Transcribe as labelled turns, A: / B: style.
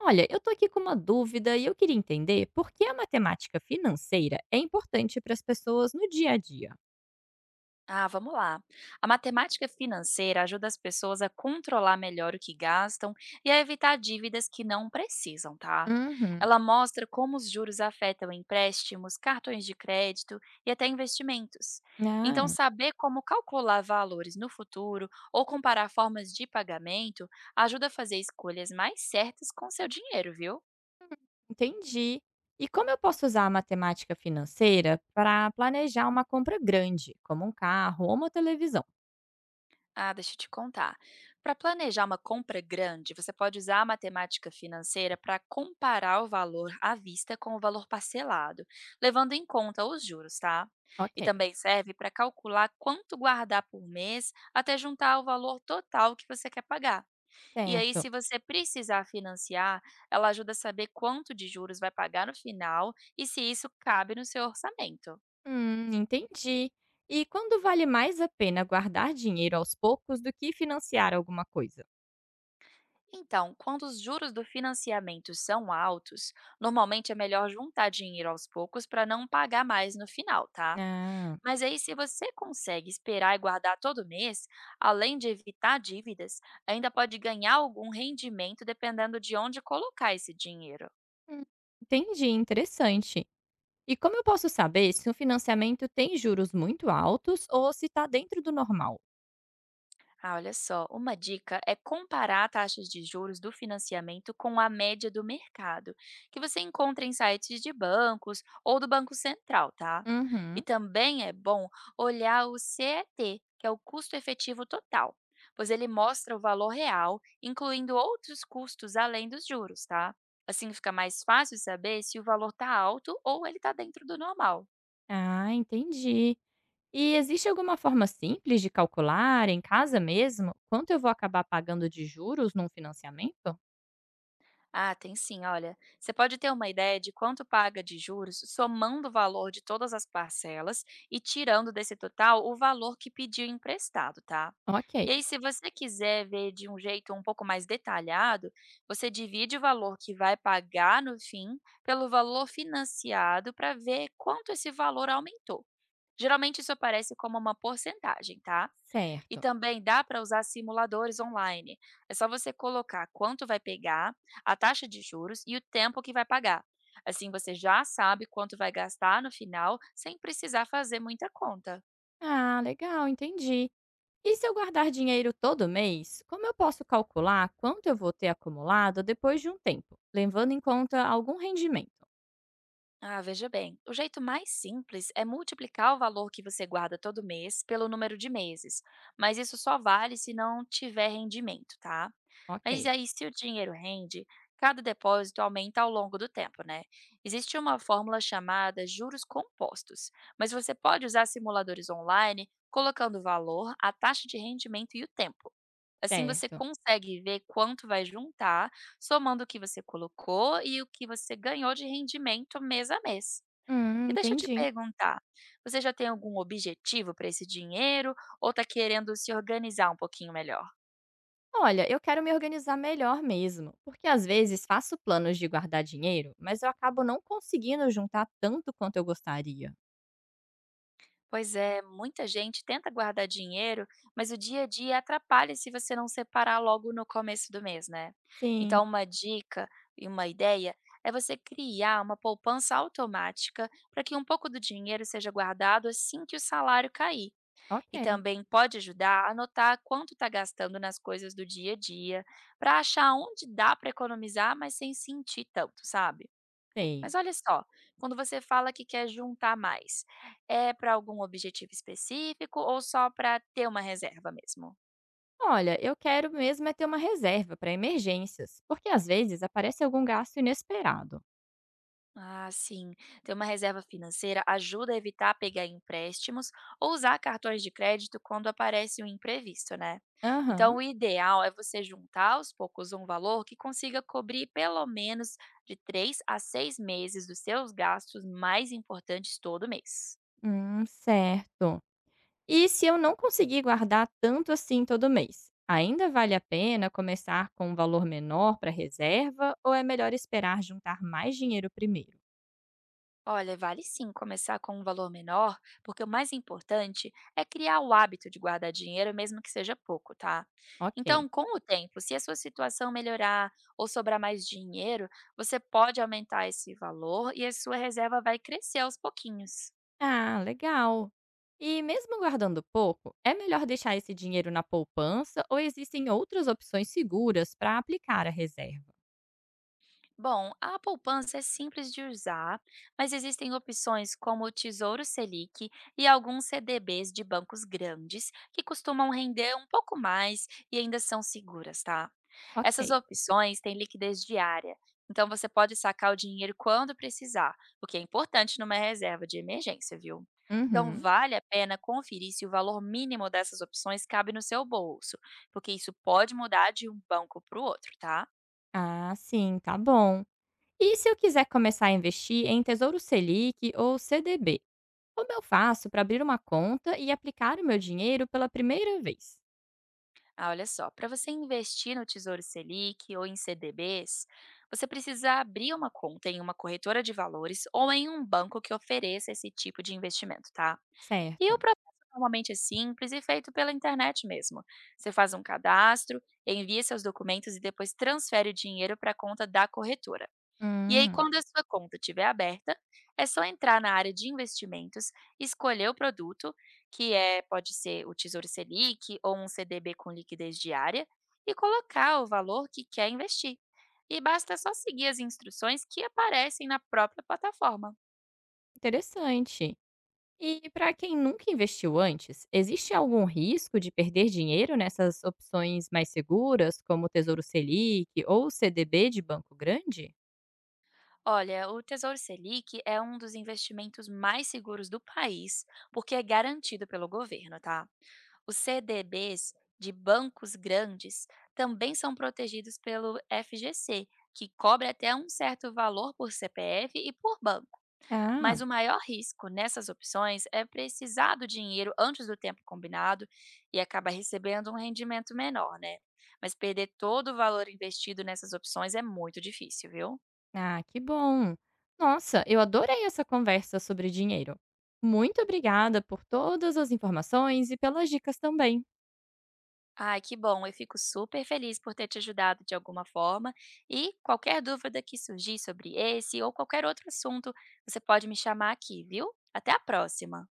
A: Olha, eu tô aqui com uma dúvida e eu queria entender por que a matemática financeira é importante para as pessoas no dia a dia.
B: Ah, vamos lá. A matemática financeira ajuda as pessoas a controlar melhor o que gastam e a evitar dívidas que não precisam, tá?
A: Uhum.
B: Ela mostra como os juros afetam empréstimos, cartões de crédito e até investimentos. Então,
A: Ah,
B: saber como calcular valores no futuro ou comparar formas de pagamento ajuda a fazer escolhas mais certas com seu dinheiro, viu?
A: entendi. E como eu posso usar a matemática financeira para planejar uma compra grande, como um carro ou uma televisão?
B: Ah, deixa eu te contar. Para planejar uma compra grande, você pode usar a matemática financeira para comparar o valor à vista com o valor parcelado, levando em conta os juros, tá? E
A: Ok,
B: também serve para calcular quanto guardar por mês até juntar o valor total que você quer pagar. E aí,
A: certo.
B: se você precisar financiar, ela ajuda a saber quanto de juros vai pagar no final e se isso cabe no seu orçamento.
A: Entendi. E quando vale mais a pena guardar dinheiro aos poucos do que financiar alguma coisa?
B: Então, quando os juros do financiamento são altos, normalmente é melhor juntar dinheiro aos poucos para não pagar mais no final, tá?
A: Ah,
B: Mas aí, se você consegue esperar e guardar todo mês, além de evitar dívidas, ainda pode ganhar algum rendimento dependendo de onde colocar esse dinheiro.
A: hum, entendi, interessante. E como eu posso saber se um financiamento tem juros muito altos ou se está dentro do normal?
B: Ah, olha só, uma dica é comparar taxas de juros do financiamento com a média do mercado, que você encontra em sites de bancos ou do Banco Central, tá? E
A: Uhum.
B: também é bom olhar o CET, que é o custo efetivo total, pois ele mostra o valor real, incluindo outros custos além dos juros, tá? Assim fica mais fácil saber se o valor está alto ou ele está dentro do normal.
A: Ah, entendi. E existe alguma forma simples de calcular, em casa mesmo, quanto eu vou acabar pagando de juros num financiamento?
B: Ah, tem sim, olha. Você pode ter uma ideia de quanto paga de juros somando o valor de todas as parcelas e tirando desse total o valor que pediu emprestado, tá?
A: Ok,
B: E aí, se você quiser ver de um jeito um pouco mais detalhado, você divide o valor que vai pagar no fim pelo valor financiado para ver quanto esse valor aumentou. Geralmente, isso aparece como uma porcentagem, tá? E
A: certo.
B: também dá para usar simuladores online. É só você colocar quanto vai pegar, a taxa de juros e o tempo que vai pagar. Assim você já sabe quanto vai gastar no final, sem precisar fazer muita conta.
A: Ah, legal, entendi. E se eu guardar dinheiro todo mês, como eu posso calcular quanto eu vou ter acumulado depois de um tempo, levando em conta algum rendimento?
B: Ah, veja bem, o jeito mais simples é multiplicar o valor que você guarda todo mês pelo número de meses, mas isso só vale se não tiver rendimento, tá? Mas
A: Ok,
B: aí, se o dinheiro rende, cada depósito aumenta ao longo do tempo, né? Existe uma fórmula chamada juros compostos, mas você pode usar simuladores online colocando o valor, a taxa de rendimento e o tempo. Assim você
A: certo.
B: consegue ver quanto vai juntar, somando o que você colocou e o que você ganhou de rendimento mês a mês. E deixa eu te
A: Entendi.
B: perguntar, você já tem algum objetivo para esse dinheiro ou está querendo se organizar um pouquinho melhor?
A: Olha, eu quero me organizar melhor mesmo, porque às vezes faço planos de guardar dinheiro, mas eu acabo não conseguindo juntar tanto quanto eu gostaria.
B: Pois é, muita gente tenta guardar dinheiro, mas o dia a dia atrapalha se você não separar logo no começo do mês, né? Então,
A: Sim,
B: uma dica e uma ideia é você criar uma poupança automática para que um pouco do dinheiro seja guardado assim que o salário cair. E
A: ok,
B: também pode ajudar a anotar quanto está gastando nas coisas do dia a dia, para achar onde dá para economizar, mas sem sentir tanto, sabe?
A: sei.
B: Mas olha só, quando você fala que quer juntar mais, é para algum objetivo específico ou só para ter uma reserva mesmo?
A: Olha, eu quero mesmo é ter uma reserva para emergências, porque às vezes aparece algum gasto inesperado.
B: Ah, sim. Ter uma reserva financeira ajuda a evitar pegar empréstimos ou usar cartões de crédito quando aparece um imprevisto, né? Então,
A: Aham,
B: o ideal é você juntar aos poucos um valor que consiga cobrir pelo menos de 3 a 6 meses dos seus gastos mais importantes todo mês.
A: certo. E se eu não conseguir guardar tanto assim todo mês? Ainda vale a pena começar com um valor menor para reserva ou é melhor esperar juntar mais dinheiro primeiro?
B: Olha, vale sim começar com um valor menor, porque o mais importante é criar o hábito de guardar dinheiro, mesmo que seja pouco, tá? Então,
A: Ok.
B: com o tempo, se a sua situação melhorar ou sobrar mais dinheiro, você pode aumentar esse valor e a sua reserva vai crescer aos pouquinhos.
A: Ah, legal. E mesmo guardando pouco, é melhor deixar esse dinheiro na poupança ou existem outras opções seguras para aplicar a reserva?
B: Bom, a poupança é simples de usar, mas existem opções como o Tesouro Selic e alguns CDBs de bancos grandes que costumam render um pouco mais e ainda são seguras, tá? Essas
A: Ok.
B: opções têm liquidez diária, então você pode sacar o dinheiro quando precisar, o que é importante numa reserva de emergência, viu? Então,
A: Uhum.
B: vale a pena conferir se o valor mínimo dessas opções cabe no seu bolso, porque isso pode mudar de um banco para o outro, tá?
A: Ah, sim, tá bom. E se eu quiser começar a investir em Tesouro Selic ou CDB? Como eu faço para abrir uma conta e aplicar o meu dinheiro pela primeira vez?
B: Ah, olha só, para você investir no Tesouro Selic ou em CDBs, você precisa abrir uma conta em uma corretora de valores ou em um banco que ofereça esse tipo de investimento, tá? E o
A: Certo.
B: processo normalmente é simples e feito pela internet mesmo. Você faz um cadastro, envia seus documentos e depois transfere o dinheiro para a conta da corretora. E aí,
A: Hum,
B: quando a sua conta estiver aberta, é só entrar na área de investimentos, escolher o produto, que é pode ser o Tesouro Selic ou um CDB com liquidez diária, e colocar o valor que quer investir. E basta só seguir as instruções que aparecem na própria plataforma.
A: interessante. E para quem nunca investiu antes, existe algum risco de perder dinheiro nessas opções mais seguras, como o Tesouro Selic ou o CDB de banco grande?
B: Olha, o Tesouro Selic é um dos investimentos mais seguros do país, porque é garantido pelo governo, tá? Os CDBs de bancos grandes também são protegidos pelo FGC, que cobre até um certo valor por CPF e por banco. Mas
A: Ah,
B: o maior risco nessas opções é precisar do dinheiro antes do tempo combinado e acabar recebendo um rendimento menor, né? Mas perder todo o valor investido nessas opções é muito difícil, viu?
A: ah, que bom. Nossa, eu adorei essa conversa sobre dinheiro. Muito obrigada por todas as informações e pelas dicas também.
B: Ai, que bom. Eu fico super feliz por ter te ajudado de alguma forma. E qualquer dúvida que surgir sobre esse ou qualquer outro assunto, você pode me chamar aqui, viu? Até a próxima.